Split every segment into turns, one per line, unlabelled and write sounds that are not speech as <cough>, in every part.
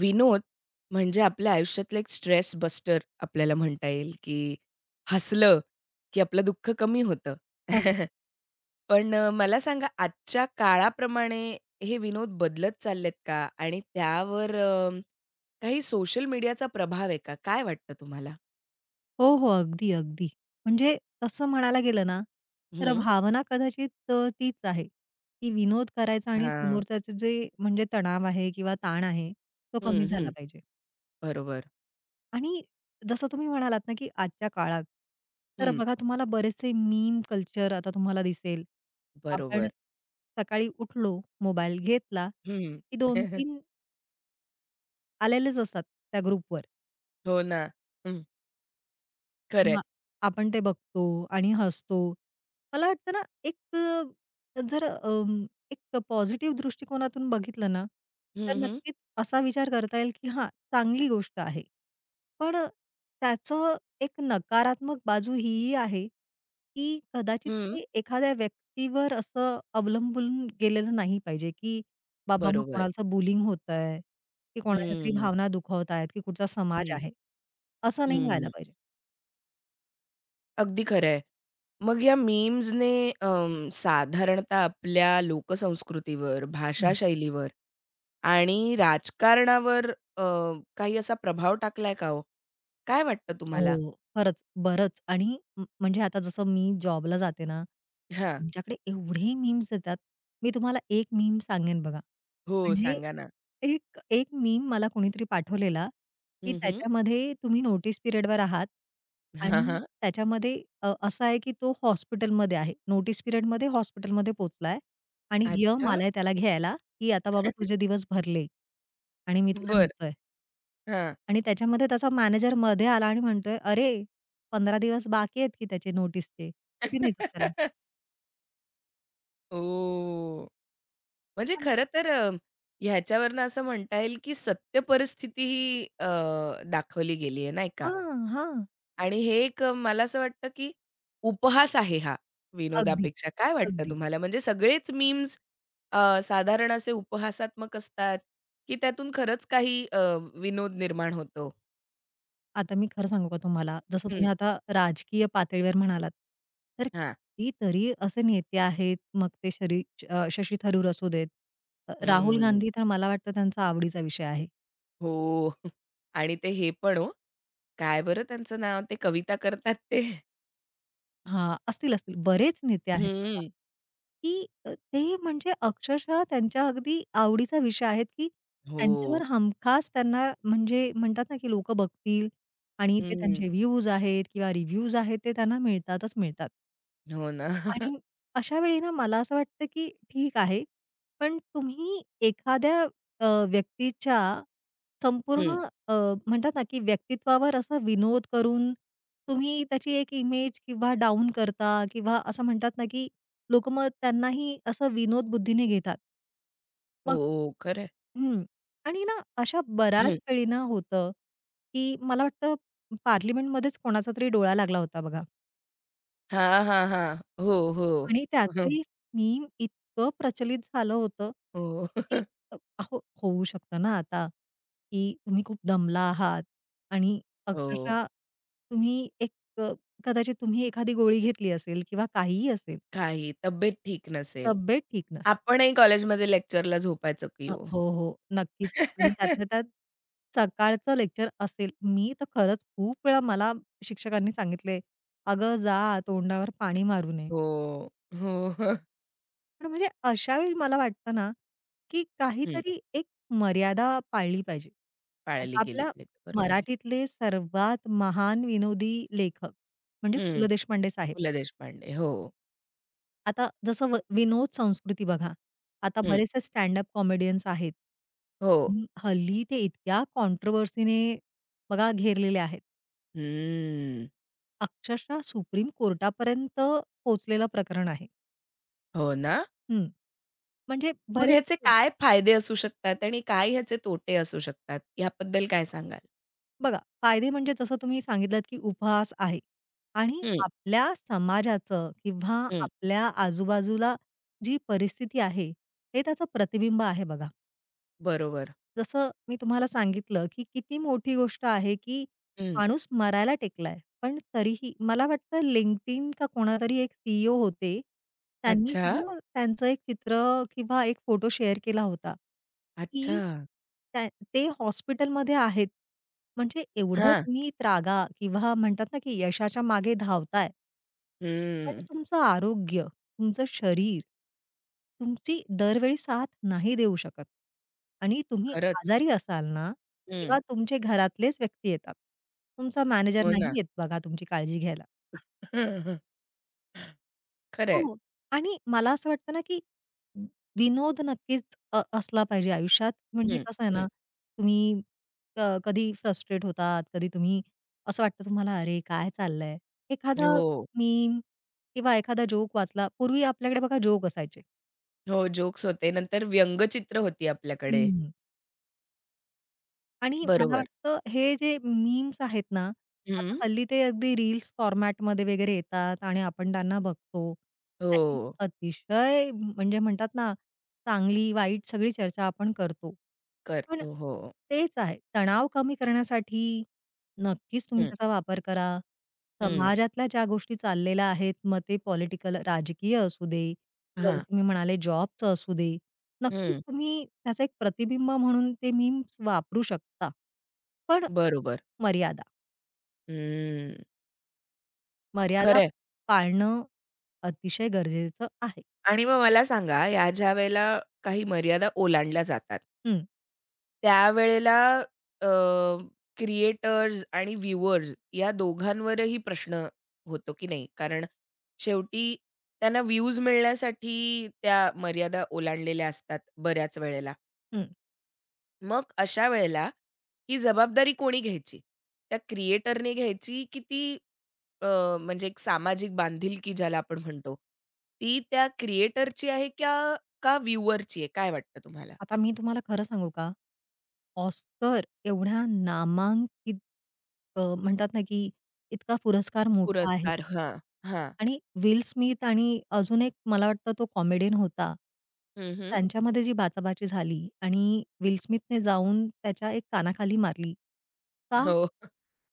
विनोद म्हणजे आपल्या आयुष्यातलं एक स्ट्रेस बस्टर आपल्याला म्हणता येईल, की हसलं, की आपलं दुःख कमी होतं.
अगदी.
<laughs> पण मला सांगा आजच्या काळाप्रमाणे हे विनोद बदलत चाललेत का? आणि त्यावर काही सोशल मीडियाचा प्रभाव आहे का? काय वाटतं तुम्हाला?
हो, हो. अगदी, अगदी. म्हणजे तसं म्हणायला गेलं ना, तर
हं.
भावना कदाचित तीच आहे, की विनोद करायचा आणि
हां.
समोरच्याचं म्हणजे तणाव आहे किंवा ताण आहे, तो कमी
हं,
झाला
हं.
पाहिजे.
बरोबर.
आणि जसं तुम्ही म्हणालात ना, की आजच्या काळात तर
हं.
बघा तुम्हाला बरेचसे मीम कल्चर आता तुम्हाला दिसेल. आपण
बरोबर.
सकाळी उठलो, मोबाईल घेतला,
हं.
की
<laughs>
2-3 आलेलेच असतात त्या ग्रुपवर.
हो ना. हं.
आणि
खरं आहे.
मग आपण ते बघतो आणि हसतो. मला वाटतं ना, एक जर एक पॉझिटिव्ह दृष्टिकोनातून बघितलं ना,
हं,
तर
हं.
नक्कीच असा विचार करता येईल, की हां, चांगली गोष्ट आहे. पण त्याचं एक नकारात्मक बाजू हीही आहे, की कदाचित ते एखाद्या व्यक्तीवर असं अवलंबून गेलेलं नाही पाहिजे, की बाबा मग
बरोबर.
कोणाचं बुलिंग होतंय, की कोणाच्या तरी
हं.
भावना दुखावतायत, की कुठचा समाज
हं.
आहे. असं नाही व्हायला
हं.
पाहिजे.
अगदी खरं आहे. मग या मीम्सने साधारणतः आपल्या लोकसंस्कृतीवर, भाषाशैलीवर आणि राजकारणावर अ, काही असा प्रभाव टाकलाय का हो? काय वाटतं तुम्हाला?
हो, खरंच, बरंच आणि म्हणजे आता जसं मी जॉबला जाते ना,
हां.
आमच्याकडे एवढे मीम्स येतात. मी तुम्हाला एक मीम सांगेन बघा.
हो,
म्हणजे
सांगा ना.
एक एक मीम मला कोणीतरी पाठवलेला, की
हं, हं.
त्याच्यामध्ये तुम्ही नोटीस पिरियडवर आहात
हां,
आणि
हां.
त्याच्यामध्ये असं आहे की तो हॉस्पिटलमध्ये आहे. नोटीस पिरियडमध्ये हॉस्पिटलमध्ये पोहोचलाय आणि यम
अच्छा.
आलाय त्याला घ्यायला, की आता बाबा तुझे दिवस भरले आणि मी तुला
बरं.
नेतोय.
हां.
आणि त्याच्यामध्ये त्याचा मॅनेजर मध्ये आला आणि म्हणतोय, "अरे, 15 दिवस बाकी आहेत की त्याचे नोटीसचे.
ओह!
कुठे नेतोस त्याला?"
<laughs> म्हणजे
पण
खरं तर ह्याच्यावरनं असं म्हणता येईल, की सत्य परिस्थिती ही दाखवली गेली आहे, नाही का?
हां, हां.
आणि हे एक मला असं वाटतं, की उपहास आहे हा
अगदी,
विनोदापेक्षा. काय वाटतं
अगदी.
तुम्हाला? म्हणजे सगळेच मीम्स साधारण असे उपहासात्मक असतात, की त्यातून खरंच काही विनोद निर्माण होतो?
आता मी खरं सांगू का तुम्हाला, जसं
हं,
तुम्ही आता राजकीय पातळीवर म्हणालात, तर
हां.
कितीतरी असे नेते आहेत, मग ते शशी थरूर असू देत, राहुल
हं.
गांधी तर मला वाटतं त्यांचा आवडीचा विषय आहे.
हो. <laughs> आणि ते हे पण हो, काय बरं त्यांचं नाव? ते कविता करतात ते?
हां, असतील, असतील. बरेच नेते आहेत बघा,
हं.
की ते म्हणजे अक्षरशः त्यांच्या अगदी आवडीचा विषय आहेत, की
हो.
त्यांच्यावर हमखास त्यांना म्हणजे म्हणतात ना, की लोकं बघतील आणि ते
हं.
त्यांचे व्ह्यूज आहेत किंवा रिव्ह्यूज आहेत, ते त्यांना मिळतातच मिळतात.
हो ना. <laughs>
आणि अशा वेळी ना, मला असं वाटतं, की ठीक आहे. पण तुम्ही एखाद्या अ, व्यक्तीच्या
हं.
संपूर्ण अ, म्हणतात ना, की व्यक्तित्वावर असा विनोद करून तुम्ही त्याची एक इमेज किंवा डाउन करता किंवा असं म्हणतात ना, की लोकं मग त्यांनाही असं विनोद बुद्धीने घेतात. मग
हो, खरं आहे.
हं. आणि ना अशा बऱ्याच
हं.
वेळी ना होतं, की मला वाटतं पार्लमेंटमध्येच कोणाचा तरी डोळा लागला होता बघा.
हां, हां, हो, हो.
आणि
<laughs>
त्याचंही मीम इतकं प्रचलित झालं होतं,
हो.
की
<laughs>
अहो होऊ शकतं ना आता, की तुम्ही खूप दमला आहात आणि
हो.
अक्षरशः तुम्ही एक अ, कदाचित तुम्ही एखादी गोळी घेतली असेल किंवा काहीही असेल,
काही, तब्येत ठीक नसेल.
तब्येत ठीक नसेल.
आपणही कॉलेजमध्ये लेक्चरला झोपायचो की हो.
हो, हो. नक्कीच आणि त्यातल्या
<laughs>
त्यात सकाळचं लेक्चर असेल. मी तर खरंच खूप वेळा मला शिक्षकांनी सांगितलंय, "अगं जा तोंडावर पाणी मारू नये."
हो, हो.
पण म्हणजे अशा वेळी मला वाटतं ना, की
हं,
काहीतरी एक मर्यादा पाळली पाहिजे.
पाळली
आता
गेली
आपल्या
पाहिजे. बरोबर आहे.
मराठीतले सर्वात महान विनोदी लेखक म्हणजे पु.
हं,
ल. देशपांडे साहेब.
पु. ल. देशपांडे. हो.
आता जसं व विनोद संस्कृती बघा. आता
हं,
बरेचसे स्टँड-अप कॉमेडियन्स आहेत.
हो.
आणि हल्ली ते इतक्या कॉन्ट्रोव्हर्सीने बघा घेरलेले आहेत.
हम्म.
अक्षरशः सुप्रीम कोर्टापर्यंत पोहोचलेलं प्रकरण आहे.
हो ना?
हं. म्हणजे
मग
बरेच
ह्याचे काय फायदे असू शकतात आणि काय ह्याचे तोटे असू शकतात? याबद्दल काय सांगाल?
बघा, फायदे म्हणजे जसं तुम्ही सांगितलात, की उपहास आहे आणि
हं,
आपल्या समाजाचं किंवा
हं.
आपल्या आजूबाजूला जी परिस्थिती आहे, हे त्याचं प्रतिबिंब आहे बघा.
बरोबर.
जसं मी तुम्हाला सांगितलं, की किती मोठी गोष्ट आहे, की
हं.
माणूस मरायला टेकलाय. पण तरीही मला वाटतं LinkedIn का कोणातरी एक सीईओ होते. त्यांनी
अच्छा,
सुद्धा त्यांचं एक चित्र किंवा एक फोटो शेअर केला होता,
अच्छा.
की त्या ते हॉस्पिटलमध्ये आहेत. म्हणजे एवढं
हां.
तुम्ही त्रागा किंवा म्हणतात ना, की यशाच्या मागे धावताय पण
हं.
तुमचं आरोग्य तुमचं शरीर तुमची दरवेळी साथ नाही देऊ शकत आणि तुम्ही
खरंच.
आजारी असाल ना,
हं.
तेव्हा तुमचे घरातलेच व्यक्ती येतात. तुमचा मॅनेजर
हो ना.
नाही येत बघा तुमची काळजी घ्यायला.
<laughs> खरं आहे.
हो. आणि मला असं वाटतं ना, की विनोद नक्कीच असला पाहिजे आयुष्यात. म्हणजे
हं,
कसं आहे ना, तुम्ही कधी फ्रस्ट्रेट होतात, कधी तुम्ही असं वाटतं तुम्हाला, "अरे काय चाललंय?" एखादा
हो.
मीम किंवा एखादा जोक वाचला. पूर्वी आपल्याकडे बघा जोक असायचे.
हो, जोक्स होते. नंतर व्यंगचित्र होती आपल्याकडे.
हं. आणि मला
बरोबर.
वाटतं हे जे मीम्स आहेत ना, आता
हं.
हल्ली ते अगदी रील्स फॉर्मॅटमध्ये वगैरे येतात आणि आपण त्यांना बघतो.
हो,
त्याची अतिशय म्हणजे म्हणतात ना, चांगली, वाईट सगळी चर्चा आपण करतो. पण
करतो. हो.
तेच आहे, तणाव कमी करण्यासाठी नक्कीच तुम्ही
हं,
त्याचा वापर करा.
हं.
समाजातल्या ज्या गोष्टी चाललेल्या आहेत, मग ते पॉलिटिकल, राजकीय असू दे किंवा
हां.
जसं मी म्हणाले जॉबचं असू दे. नक्कीच
हं.
तुम्ही त्याचं एक प्रतिबिंब म्हणून ते मीम्स वापरू शकता. पण
बरोबर.
मर्यादा,
हं.
मर्यादा
खरंय.
पाळणं अतिशय गरजेचं आहे.
आणि मग मला सांगा या ज्या वेळेला काही मर्यादा ओलांडल्या जातात,
हं,
त्यावेळेला अ, क्रिएटर्स आणि व्ह्यूअर्स या दोघांवरही प्रश्न होतो की नाही? कारण शेवटी त्यांना व्ह्यूज मिळण्यासाठी त्या मर्यादा ओलांडलेल्या असतात बऱ्याच वेळेला.
हं.
मग अशा वेळेला ही जबाबदारी कोणी घ्यायची? त्या क्रिएटरने घ्यायची की ती म्हणजे एक सामाजिक बांधिलकी ज्याला आपण म्हणतो, ती त्या क्रिएटरची आहे क्या का व्ह्यूअरची आहे? काय वाटतं तुम्हाला?
आता मी तुम्हाला खरं सांगू का? ऑस्कर एवढ्या नामांकित म्हणतात ना, की इतका पुरस्कार मोठा आहे.
पुरस्कार. हां, हां.
आणि विल स्मिथ आणि अजून एक मला वाटतं तो कॉमेडियन होता.
हं, हं.
त्यांच्यामध्ये जी बाचाबाची झाली आणि विल स्मिथने जाऊन त्याच्या एक कानाखाली मारली. का?
हो.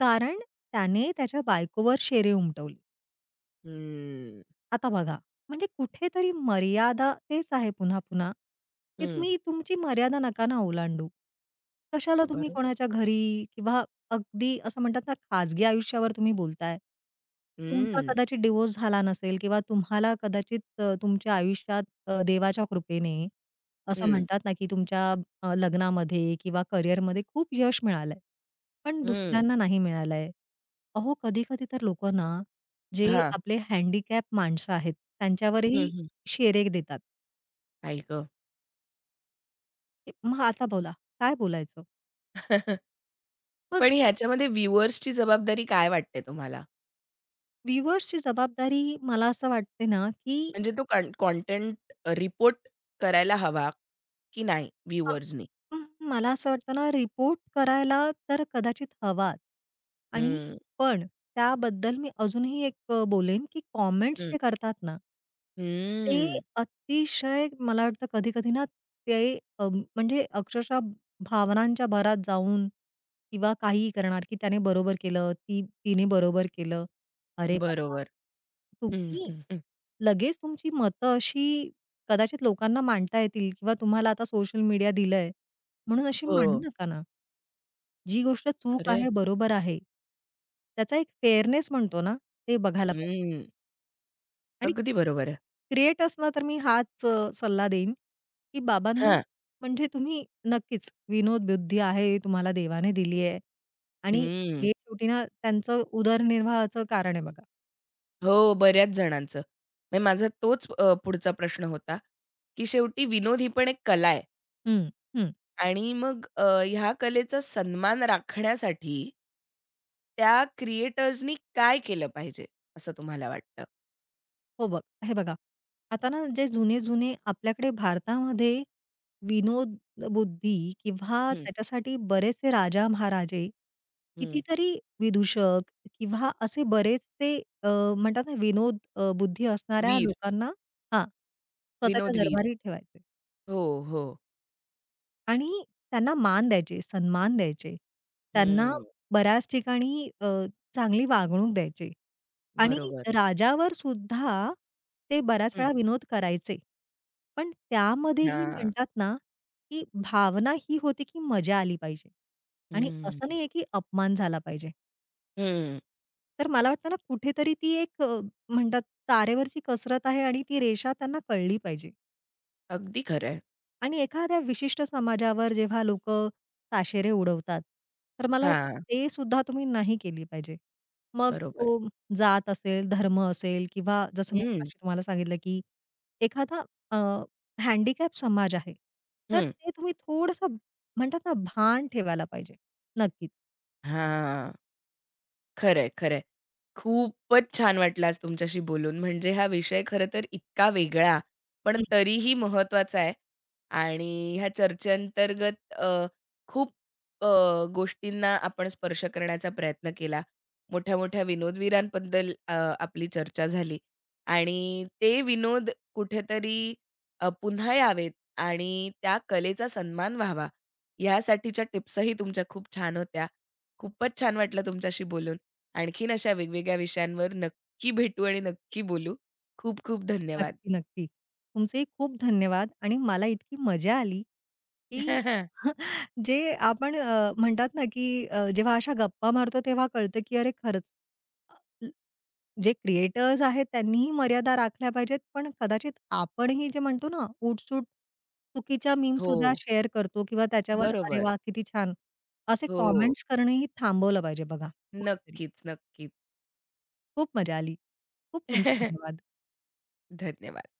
कारण त्याने त्याच्या बायकोवर शेरे उमटवले.
हं,
आता बघा, म्हणजे कुठेतरी मर्यादा तेच आहे पुन्हा-पुन्हा, की
हं.
तुम्ही तुमची मर्यादा नका ना ओलांडू. कशाला तुम्ही
बरोबर.
कोणाच्या घरी किंवा अगदी असं म्हणतात ना, खाजगी आयुष्यावर तुम्ही बोलताय. तुमचा
हं,
कदाचित डिव्होर्स झाला नसेल किंवा तुम्हाला कदाचित तुमच्या आयुष्यात देवाच्या कृपेने असं
हं,
म्हणतात ना, की तुमच्या लग्नामध्ये किंवा करिअरमध्ये खूप यश मिळालंय. पण
हं.
दुसऱ्यांना नाही मिळालंय. अहो, कधी-कधी तर लोकं ना जे
हां.
आपले हँडिकॅप माणसं आहेत,
हं,
त्यांच्यावरही
हं.
शेरे देतात.
आई गं!
मग आता बोला, काय बोलायचं?
<laughs>
मग
पण ह्याच्यामध्ये व्ह्यूअर्सची जबाबदारी काय वाटते तुम्हाला?
व्ह्यूअर्सची जबाबदारी मला असं वाटते ना, की
म्हणजे तो कॉन्टेंट रिपोर्ट करायला हवा की नाही
अ,
व्ह्यूअर्सनी?
अं, मला असं वाटतं ना, रिपोर्ट करायला तर कदाचित हवाच आणि
हं,
पण त्याबद्दल मी अजूनही एक बोलेन, की कॉमेंट्स
हं.
जे करतात ना ते
हं.
अतिशय मला वाटतं कधी-कधी ना ते म्हणजे अक्षरशः भावनांच्या भरात जाऊन किंवा काही करणार, की त्याने बरोबर केलं, ती तिने बरोबर केलं. अरे बाबा!
बरोबर. हं,
तुम्ही
हं, हं.
लगेच तुमची मतं अशी कदाचित लोकांना मांडता येतील किंवा तुम्हाला आता सोशल मीडिया दिलंय म्हणून अशी मांडू
हो.
नका ना. जी गोष्ट चूक
खरं आहे.
आहे, बरोबर आहे. त्याचा एक फेअरनेस म्हणतो ना, ते बघायला पाहिजे.
हं.
आणि
अगदी बरोबर आहे.
क्रिएट असणं तर मी हाच सल्ला देईन, की बाबांनो
हां.
म्हणजे तुम्ही नक्कीच विनोद बुद्धी आहे, तुम्हाला देवाने दिली आहे आणि
हं.
हे शेवटी ना त्यांचं उदरनिर्वाहाचं कारण आहे बघा.
हो, बऱ्याच जणांचं. म्हणजे माझा तोच पुढचा प्रश्न होता, की शेवटी विनोद ही पण एक कला आहे
हं, हं.
आणि मग ह्या कलेचा सन्मान राखण्यासाठी त्या क्रिएटर्सनी काय केलं पाहिजे, असं तुम्हाला वाटतं?
हो बघ हे बघा, आता ना जे जुने-जुने आपल्याकडे भारतामध्ये विनोद बुद्धी किंवा
हं,
त्याच्यासाठी बरेचसे राजा-महाराजे,
हं.
कितीतरी विदूषक किंवा असे बरेचसे अ, म्हणतात ना, विनोद बुद्धी असणाऱ्या
वीर,
लोकांना हां, स्वतःच्या
विनोदवीर.
दरबारी ठेवायचे.
हो, हो.
आणि त्यांना मान द्यायचे, सन्मान द्यायचे. त्यांना
हं.
बऱ्याच ठिकाणी चांगली वागणूक द्यायची आणि
बरोबर.
राजावर सुद्धा ते बऱ्याच
हं.
वेळा विनोद करायचे. पण त्यामध्येही
हां.
म्हणतात ना, की भावना ही होती, की मजा आली पाहिजे आणि
हं,
असं नाहीये, की अपमान झाला पाहिजे.
हं.
तर मला वाटतं ना, कुठेतरी ती एक म्हणतात तारेवरची कसरत आहे आणि ती रेषा त्यांना कळली पाहिजे.
अगदी खरं आहे.
आणि एखाद्या विशिष्ट समाजावर जेव्हा लोकं ताशेरे उडवतात, तर मला वाटतं
हां,
ते सुद्धा तुम्ही नाही केली पाहिजे. मग
बरोबर.
तो जात असेल, धर्म असेल किंवा जसं मी
हं,
मगाशी तुम्हाला सांगितलं, की एखादा अ, हँडिकॅप समाज आहे, तर
हं.
ते तुम्ही थोडंसं म्हणतात ना, भान ठेवायला पाहिजे. नक्कीच.
हां. खरंय, खरंय. खूपच छान वाटलं आज तुमच्याशी बोलून. म्हणजे हा विषय खरं तर इतका वेगळा, पण तरीही महत्त्वाचा आहे आणि ह्या चर्चेअंतर्गत खूप अ, गोष्टींना आपण स्पर्श करण्याचा प्रयत्न केला. मोठ्या-मोठ्या विनोदवीरांबद्दल आपली चर्चा झाली आणि ते विनोद कुठेतरी पुन्हा यावेत आणि त्या कलेचा सन्मान व्हावा, यासाठीच्या टिप्सही तुमच्या खूप छान होत्या. खूपच छान वाटलं तुमच्याशी बोलून. आणखीन अशा वेगवेगळ्या विषयांवर नक्की भेटू आणि नक्की बोलू. खूप खूप धन्यवाद.
नक्की, नक्की. तुमचेही खूप धन्यवाद आणि मला इतकी मजा आली, की
<laughs>
<laughs> जे आपण म्हणतात ना, की जेव्हा अशा गप्पा मारतो तेव्हा कळतं, की अरे खरंच अ, ल जे क्रिएटर्स आहेत त्यांनीही मर्यादा राखल्या पाहिजेत, पण कदाचित आपणही जे म्हणतो ना, उठसूट चुकीच्या
हो.
मीमसुद्धा शेअर करतो किंवा त्याच्यावर "अरे
बरोबर.
वाह! किती छान!" असे
हो.
कॉमेंट्स करणंही थांबवलं पाहिजे बघा कुठेतरी.
नक्कीच, नक्कीच.
खूप मजा आली. खूप तुमचे
<laughs>
धन्यवाद.
धन्यवाद.